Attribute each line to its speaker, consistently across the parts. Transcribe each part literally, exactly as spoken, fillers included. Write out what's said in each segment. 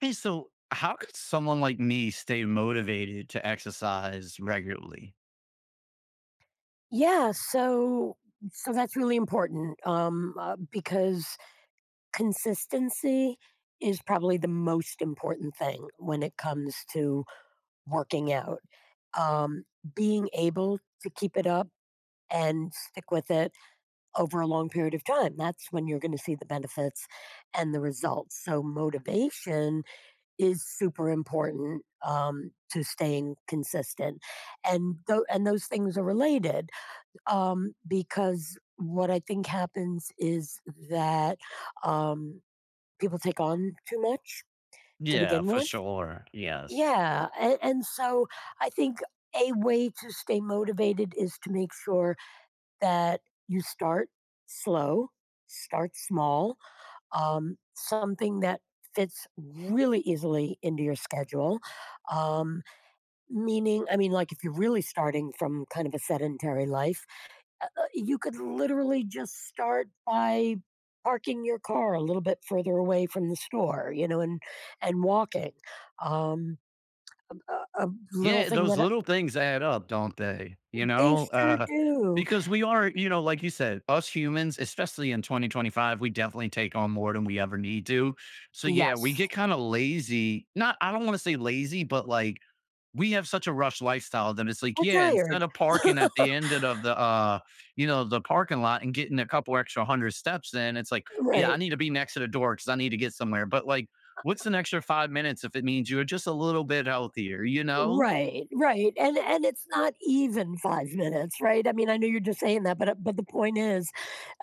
Speaker 1: Hey, so how could someone like me stay motivated to exercise regularly?
Speaker 2: Yeah, so so that's really important um, uh, because consistency is probably the most important thing when it comes to working out. Um, Being able to keep it up and stick with it over a long period of time, that's when you're going to see the benefits and the results. So motivation is super important, um, to staying consistent, and tho- and those things are related um, because what I think happens is that um, people take on too much to
Speaker 1: Yeah,
Speaker 2: begin
Speaker 1: for
Speaker 2: with.
Speaker 1: sure. Yes.
Speaker 2: Yeah. And, and so I think a way to stay motivated is to make sure that you start slow, start small, um, something that fits really easily into your schedule. Um, meaning, I mean, like if you're really starting from kind of a sedentary life, uh, uh, you could literally just start by parking your car a little bit further away from the store, you know, and and walking. Um, a, a little
Speaker 1: Yeah,
Speaker 2: thing
Speaker 1: those
Speaker 2: that I-
Speaker 1: little things add up, don't they? You
Speaker 2: they
Speaker 1: know,
Speaker 2: sure
Speaker 1: uh,
Speaker 2: do.
Speaker 1: because we are, you know, like you said, us humans, especially in twenty twenty-five, we definitely take on more than we ever need to. So, yeah,
Speaker 2: Yes,
Speaker 1: we get kind of lazy. Not, I don't want to say lazy, but like we have such a rush lifestyle that it's like,
Speaker 2: we're
Speaker 1: yeah,
Speaker 2: tired,
Speaker 1: instead of parking at the end of the, uh, you know, the parking lot and getting a couple extra hundred steps in, it's like, yeah, I
Speaker 2: right?
Speaker 1: need to be next to the door because I need to get somewhere. But like, what's an extra five minutes if it means you're just a little bit healthier, you know?
Speaker 2: Right, right, and and it's not even five minutes, right? I mean, I know you're just saying that, but, uh, but the point is,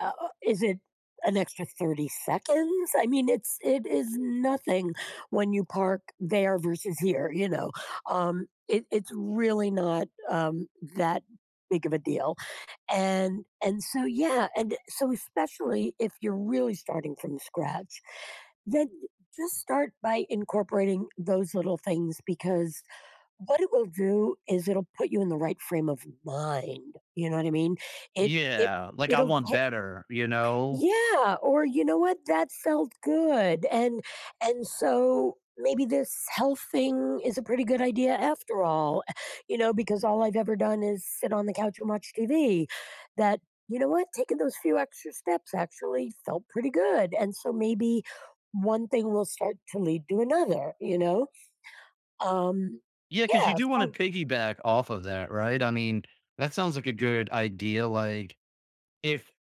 Speaker 2: uh, uh, is it an extra thirty seconds? I mean, it's it is nothing when you park there versus here, you know? Um, it it's really not, um, that big of a deal, and and so, yeah, and so especially if you're really starting from scratch, then just start by incorporating those little things because what it will do is it'll put you in the right frame of mind, you know what I mean? It it
Speaker 1: Yeah, like I
Speaker 2: it'll
Speaker 1: want
Speaker 2: ta
Speaker 1: better, you know?
Speaker 2: Yeah, or you know what? That felt good, and and so maybe this health thing is a pretty good idea after all, you know, because all I've ever done is sit on the couch and watch T V. That, you know what? Taking those few extra steps actually felt pretty good, and so maybe one thing will start to lead to another, you know? Um,
Speaker 1: Yeah, because you
Speaker 2: yeah,
Speaker 1: do want to
Speaker 2: so
Speaker 1: piggyback off of that, right? I mean, that sounds like a good idea. Like, if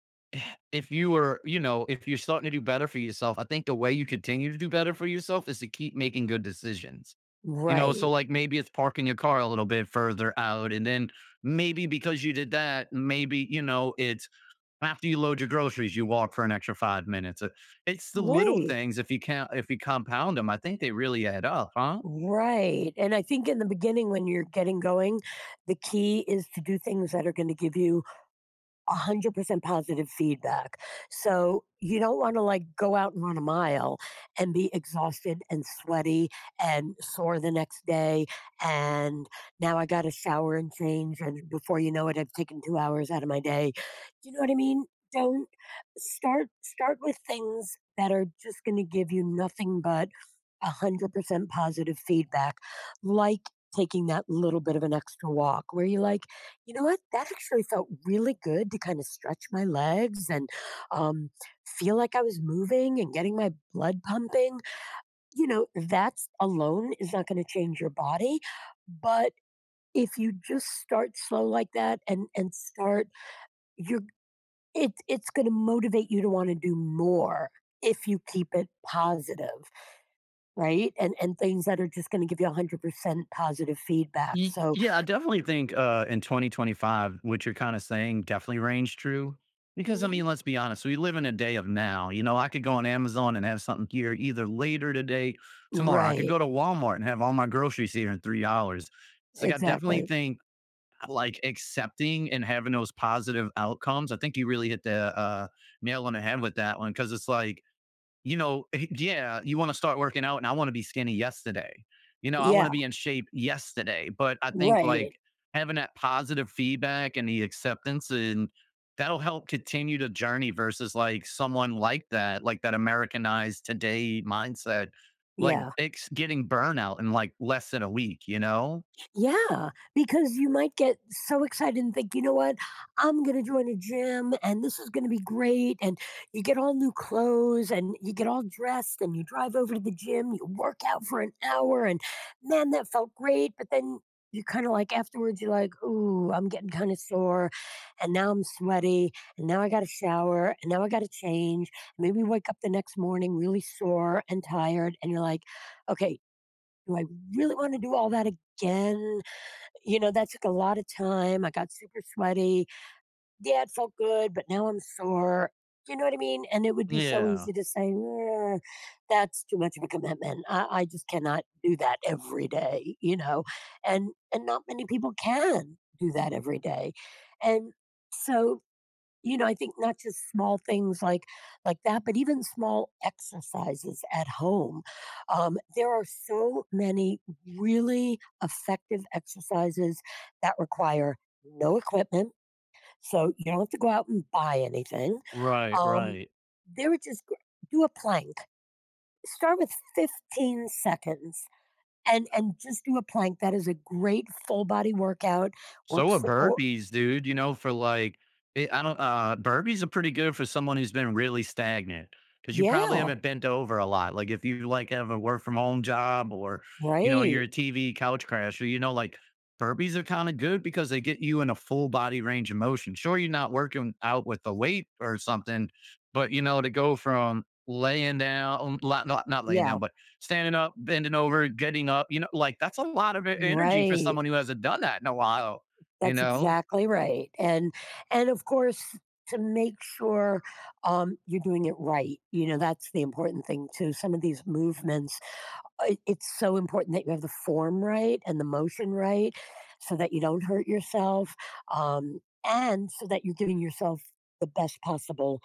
Speaker 1: if you were, you know, if you're starting to do better for yourself, I think the way you continue to do better for yourself is to keep making good decisions. You know, so
Speaker 2: right.
Speaker 1: like maybe it's parking your car a little bit further out. And then maybe because you did that, maybe, you know, it's after you load your groceries, you walk for an extra five minutes. Uh, It's the little
Speaker 2: Right.
Speaker 1: things. If you can't, if you compound them, I think they really add up, huh?
Speaker 2: Right. And I think in the beginning, when you're getting going, the key is to do things that are going to give you one hundred percent positive feedback. So you don't want to like go out and run a mile and be exhausted and sweaty and sore the next day. And now I got to shower and change. And before you know it, I've taken two hours out of my day. Do you know what I mean? Don't start, start with things that are just going to give you nothing but one hundred percent positive feedback, like taking that little bit of an extra walk where you like, you know what? That actually felt really good to kind of stretch my legs and, um, feel like I was moving and getting my blood pumping. You know, that alone is not going to change your body. But if you just start slow like that and and start, you're it, it's going to motivate you to want to do more if you keep it positive, right? And and things that are just going to give you one hundred percent positive feedback.
Speaker 1: Y-
Speaker 2: So,
Speaker 1: Yeah, I definitely think uh, in twenty twenty-five, what you're kind of saying definitely range true. Because I
Speaker 2: mhm,
Speaker 1: mean, let's be honest, we live in a day of now. You know, I could go on Amazon and have something here either later today, tomorrow. I could
Speaker 2: right,
Speaker 1: go to Walmart and have all my groceries here in three hours. So like, I definitely
Speaker 2: exactly.
Speaker 1: think like accepting and having those positive outcomes. I think you really hit the uh, nail on the head with that one because it's like you know, eh, yeah, you want to start working out and I want to be skinny yesterday. You know, I want
Speaker 2: Yeah,
Speaker 1: to be in shape yesterday. But I think
Speaker 2: right.
Speaker 1: like having that positive feedback and the acceptance and that'll help continue the journey versus like someone like that, like that Americanized today mindset, like
Speaker 2: Yeah.
Speaker 1: it's getting burnout in like less than a week, you know?
Speaker 2: Yeah. Because you might get so excited and think, you know what? I'm going to join a gym and this is going to be great. And you get all new clothes and you get all dressed and you drive over to the gym, you work out for an hour. And man, that felt great. But then you kind of like afterwards, you're like, ooh, I'm getting kind of sore. And now I'm sweaty. And now I got to shower. And now I got to change. Maybe wake up the next morning really sore and tired. And you're like, okay, do I really want to do all that again? You know, that took a lot of time. I got super sweaty. Yeah, it felt good, but now I'm sore. You know what I mean? And it would be so
Speaker 1: Yeah.
Speaker 2: easy to say, "Ugh, that's too much of a commitment. I, I just cannot do that every day, you know? And and not many people can do that every day. And so you know, I think not just small things like like that, but even small exercises at home. Um, there are so many really effective exercises that require no equipment, so you don't have to go out and buy anything.
Speaker 1: Right,
Speaker 2: Um,
Speaker 1: right.
Speaker 2: there are just gr- Do a plank. Start with fifteen seconds and and just do a plank. That is a great full body workout.
Speaker 1: So
Speaker 2: Works
Speaker 1: are
Speaker 2: the core.
Speaker 1: burpees, dude, you know, for like it I don't uh, burpees are pretty good for someone who's been really stagnant because you probably
Speaker 2: Yeah,
Speaker 1: haven't bent over a lot. Like, if you, like, have a work from home job or, you know, you're
Speaker 2: right.
Speaker 1: a T V couch crasher, you know, like, burpees are kinda good because they get you in a full body range of motion. Sure, you're not working out with the weight or something, but, you know, to go from laying down not not not laying
Speaker 2: Yeah,
Speaker 1: down, but standing up, bending over, getting up, you know, like, that's a lot of e energy for
Speaker 2: right.
Speaker 1: someone who hasn't done that in a while. You
Speaker 2: That's
Speaker 1: know?
Speaker 2: exactly right, and and of course, to make sure, um, you're doing it right, you know, that's the important thing too. Some of these movements, uh, it's so important that you have the form right and the motion right so that you don't hurt yourself, um, and so that you're giving yourself the best possible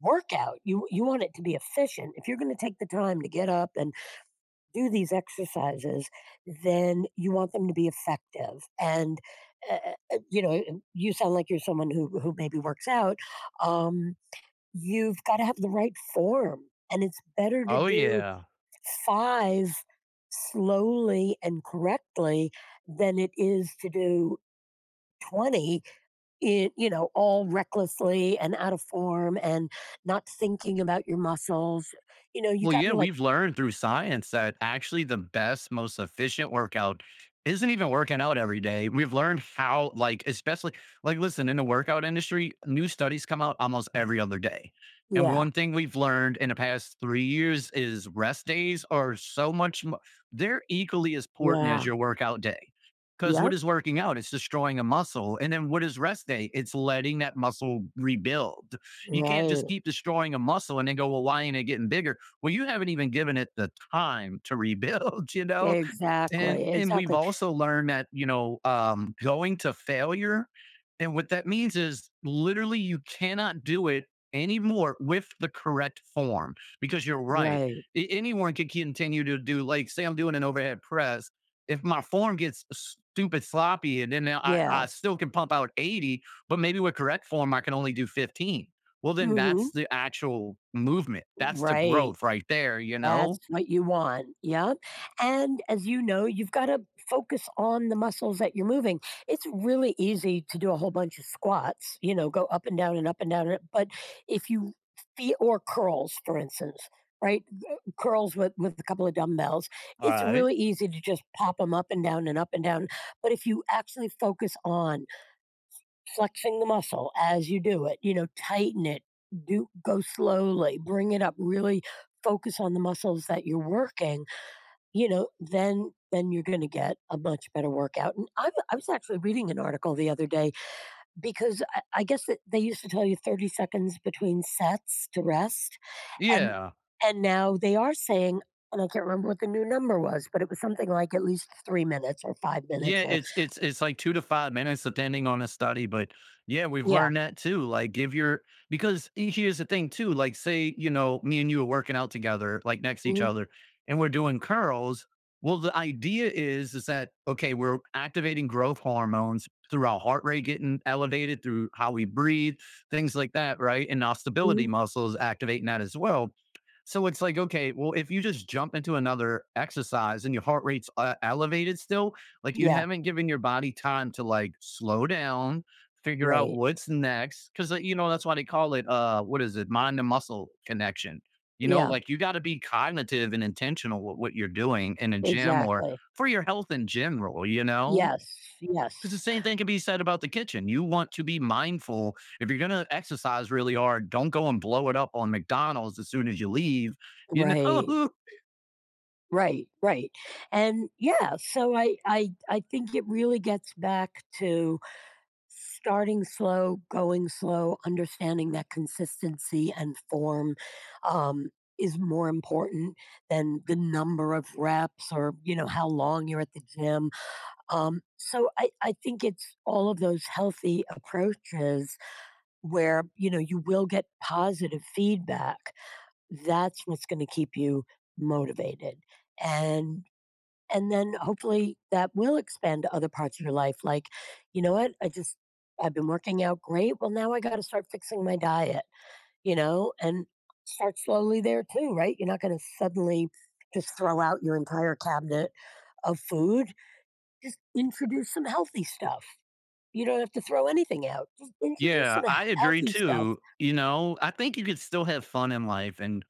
Speaker 2: workout. You you want it to be efficient. If you're gonna take the time to get up and do these exercises, then you want them to be effective. And uh, uh, you know, you sound like you're someone who who maybe works out. Um, you've got to have the right form, and it's better to
Speaker 1: Oh,
Speaker 2: do
Speaker 1: yeah.
Speaker 2: five slowly and correctly than it is to do twenty in you know all recklessly and out of form and not thinking about your muscles you know you
Speaker 1: Well,
Speaker 2: got to
Speaker 1: yeah,
Speaker 2: like
Speaker 1: we've learned through science that actually the best, most efficient workout isn't even working out every day. We've learned how, like, especially, like, listen, in the workout industry, new studies come out almost every other day. And
Speaker 2: yeah
Speaker 1: one thing we've learned in the past three years is rest days are so much, mo- they're equally as important as
Speaker 2: yeah
Speaker 1: your workout day. Because
Speaker 2: yeah
Speaker 1: what is working out? It's destroying a muscle. And then what is rest day? It's letting that muscle rebuild. You can't
Speaker 2: right.
Speaker 1: just keep destroying a muscle and then go, well, why ain't it getting bigger? Well, you haven't even given it the time to rebuild, you know? And
Speaker 2: Exactly,
Speaker 1: and we've
Speaker 2: exactly.
Speaker 1: also learned that, you know, um, going to failure and what that means is literally you cannot do it anymore with the correct form because you're right.
Speaker 2: Right,
Speaker 1: A- anyone can continue to do like say I'm doing an overhead press. If my form gets stupid sloppy and then I,
Speaker 2: yeah.
Speaker 1: I still can pump out eighty, but maybe with correct form I can only do fifteen. Well, then
Speaker 2: Mhm.
Speaker 1: that's the actual movement. That's the
Speaker 2: Right.
Speaker 1: growth right there, you
Speaker 2: That's
Speaker 1: know?
Speaker 2: what you want. Yeah, and as you know, you've gotta focus on the muscles that you're moving. It's really easy to do a whole bunch of squats, you know, go up and down and up and down, and up- but if you fee or curls, for instance, right? Uh, curls with with a couple of dumbbells,
Speaker 1: All
Speaker 2: it's
Speaker 1: right.
Speaker 2: really easy to just pop them up and down and up and down, but if you actually focus on flexing the muscle as you do it, you know, tighten it, do go slowly, bring it up, really focus on the muscles that you're working, you know, then then you're going to get a much better workout. And I, I was actually reading an article the other day because I, I guess that they used to tell you thirty seconds between sets to rest, and
Speaker 1: Yeah.
Speaker 2: and now they are saying, and I can't remember what the new number was, but it was something like at least three minutes or five
Speaker 1: Yeah,
Speaker 2: minutes or
Speaker 1: it's it's it's like two to five minutes depending on the study, but yeah, we've
Speaker 2: yeah,
Speaker 1: learned that too, like, give your because he here's the thing too, like, say, you know, me and you are working out together, like, next to each
Speaker 2: mhm,
Speaker 1: other, and we're doing curls, well, the idea is is that, okay, we're activating growth hormones through our heart rate getting elevated, through how we breathe, things like that, right? And our stability
Speaker 2: mhm,
Speaker 1: muscles activating that as well. So it's like, okay, well, if you just jump into another exercise and your heart rate's, uh, elevated still like you
Speaker 2: yeah,
Speaker 1: haven't given your body time to like slow down, figure out
Speaker 2: right,
Speaker 1: what's next. Cause like, you know, that's why they call it uh what is it, mind to muscle connection. You know,
Speaker 2: yeah.
Speaker 1: like you gotta be cognitive and intentional with what you're doing in a gym or
Speaker 2: Exactly.
Speaker 1: for your health in general, you know?
Speaker 2: Yes, yes.
Speaker 1: Because the same thing can be said about the kitchen. You want to be mindful. If you're gonna exercise really hard, don't go and blow it up on McDonald's as soon as you leave. You
Speaker 2: Right,
Speaker 1: know?
Speaker 2: right, right. And yeah, so I I I think it really gets back to starting slow, going slow, understanding that consistency and form, um, is more important than the number of reps or you know how long you're at the gym. Um, so I, I think it's all of those healthy approaches where you know you will get positive feedback. That's what's going to keep you motivated. And and then hopefully that will expand to other parts of your life like, you know what? I just I've been working out great. Well, now I got to start fixing my diet, you know, and start slowly there too, right? You're not going to suddenly just throw out your entire cabinet of food, just introduce some healthy stuff. You don't have to throw anything out. Just introduce some
Speaker 1: Yeah, I agree
Speaker 2: healthy stuff.
Speaker 1: too. You know, I think you could still have fun in life and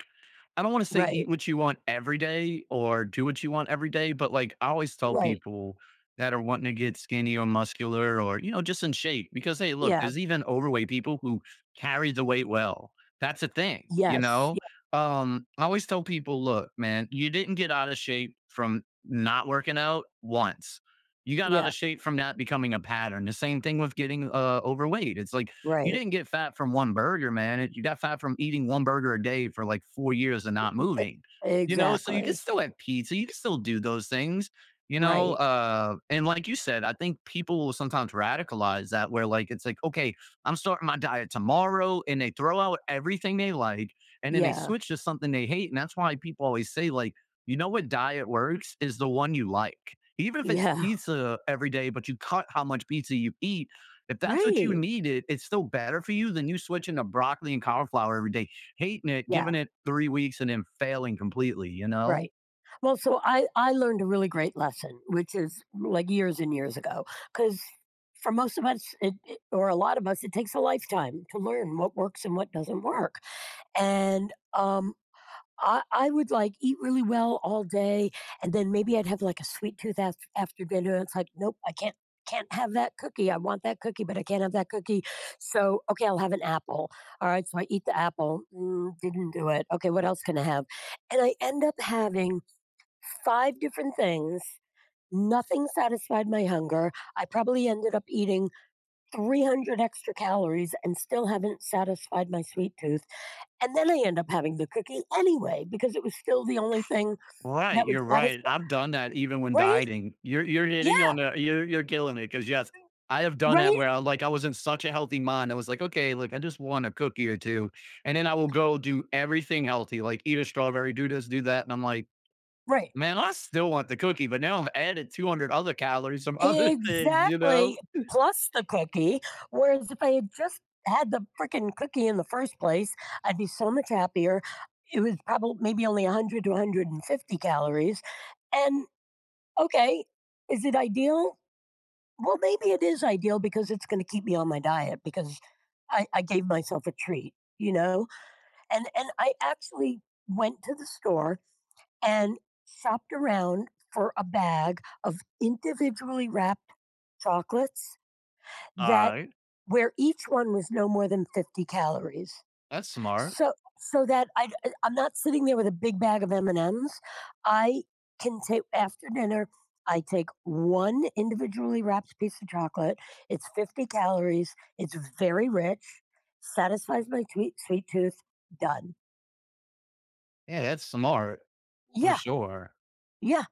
Speaker 1: I don't want to say eat
Speaker 2: Right.
Speaker 1: what you want every day or do what you want every day, but like I always tell
Speaker 2: Right.
Speaker 1: people that are wanting to get skinny or muscular or, you know, just in shape because, hey, look,
Speaker 2: Yeah.
Speaker 1: there's even overweight people who carry the weight well. That's a thing, you
Speaker 2: Yes.
Speaker 1: know?
Speaker 2: Yeah.
Speaker 1: Um, I always tell people, look, man, you didn't get out of shape from not working out once. You got out
Speaker 2: Yeah.
Speaker 1: of shape from that becoming a pattern. The same thing with getting uh, overweight. It's like you
Speaker 2: Right.
Speaker 1: didn't get fat from one burger, man. It, you got fat from eating one burger a day for like four years and not moving.
Speaker 2: E
Speaker 1: You know, so you can
Speaker 2: exactly.
Speaker 1: still have pizza. You can still do those things. You know,
Speaker 2: Right.
Speaker 1: uh, and like you said, I think people will sometimes radicalize that where like it's like, okay, I'm starting my diet tomorrow, and they throw out everything they like, and then they
Speaker 2: Yeah.
Speaker 1: switch to something they hate, and that's why people always say like, you know what diet works is the one you like. Even if it's
Speaker 2: Yeah.
Speaker 1: pizza every day, but you cut how much pizza you eat, if that's what you
Speaker 2: Right.
Speaker 1: need, it, it's still better for you than you switching to broccoli and cauliflower every day, hating it,
Speaker 2: Yeah.
Speaker 1: giving it three weeks, and then failing completely, you know?
Speaker 2: Right. Well, so I I learned a really great lesson, which is like years and years ago, because for most of us, it, it- or a lot of us, it takes a lifetime to learn what works and what doesn't work. And um, I I would, like, eat really well all day, and then maybe I'd have, like, a sweet tooth after. After dinner, it's like, "Nope, I can't can't have that cookie, I want that cookie, but I can't have that cookie, so, okay, I'll have an apple." Alright, so I eat the apple, mm, didn't do it, okay, what else can I have? And I end up having five different things, nothing satisfied my hunger, I probably ended up eating three hundred extra calories and still haven't satisfied my sweet tooth. And then I end up having the cookie anyway because it was still the only thing
Speaker 1: Right,
Speaker 2: that would
Speaker 1: you're right.
Speaker 2: satisfy.
Speaker 1: I've done that even when
Speaker 2: Right?
Speaker 1: dieting. You're you're hitting
Speaker 2: Yeah.
Speaker 1: on a you're you're killing it because yes, I have done that
Speaker 2: Right,
Speaker 1: where I, like I was in such a healthy mind. I was like, okay, look, I just want a cookie or two, and then I will go do everything healthy, like eat a strawberry, do this, do that, and I'm like,
Speaker 2: right.
Speaker 1: man, I still want the cookie, but now I've added two hundred other calories from other things, you know.
Speaker 2: Exactly. Plus the cookie, whereas if I had just had the freaking cookie in the first place, I'd be so much happier. It was probably maybe only one hundred to one hundred fifty calories, and okay, is it ideal? Well, maybe it is ideal because it's gonna keep me on my diet because I I gave myself a treat, you know? And and I actually went to the store and shopped around for a bag of individually wrapped chocolates that
Speaker 1: Uh,
Speaker 2: where each one was no more than fifty calories.
Speaker 1: That's smart.
Speaker 2: So so that I I'm not sitting there with a big bag of M&Ms I can take after dinner I take one individually wrapped piece of chocolate. It's fifty calories. It's very rich. Satisfies my sweet sweet tooth. Done.
Speaker 1: Yeah, that's smart for
Speaker 2: Yeah.
Speaker 1: sure.
Speaker 2: Yeah.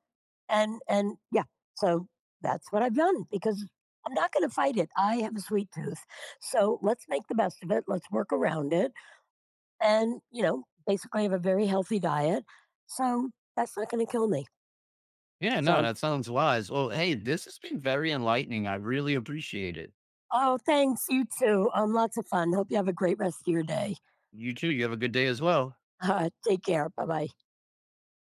Speaker 2: And and yeah, so that's what I've done because I'm not going to fight it. I have a sweet tooth. So let's make the best of it. Let's work around it. And, you know, basically have a very healthy diet. So that's not going to kill me.
Speaker 1: Yeah, no,
Speaker 2: So,
Speaker 1: that sounds wise. Well, hey, this has been very enlightening. I really appreciate it.
Speaker 2: oh, thanks. You too. Um, lots of fun. Hope you have a great rest of your day.
Speaker 1: You too. You have a good day as well.
Speaker 2: Uh, take care. Bye bye.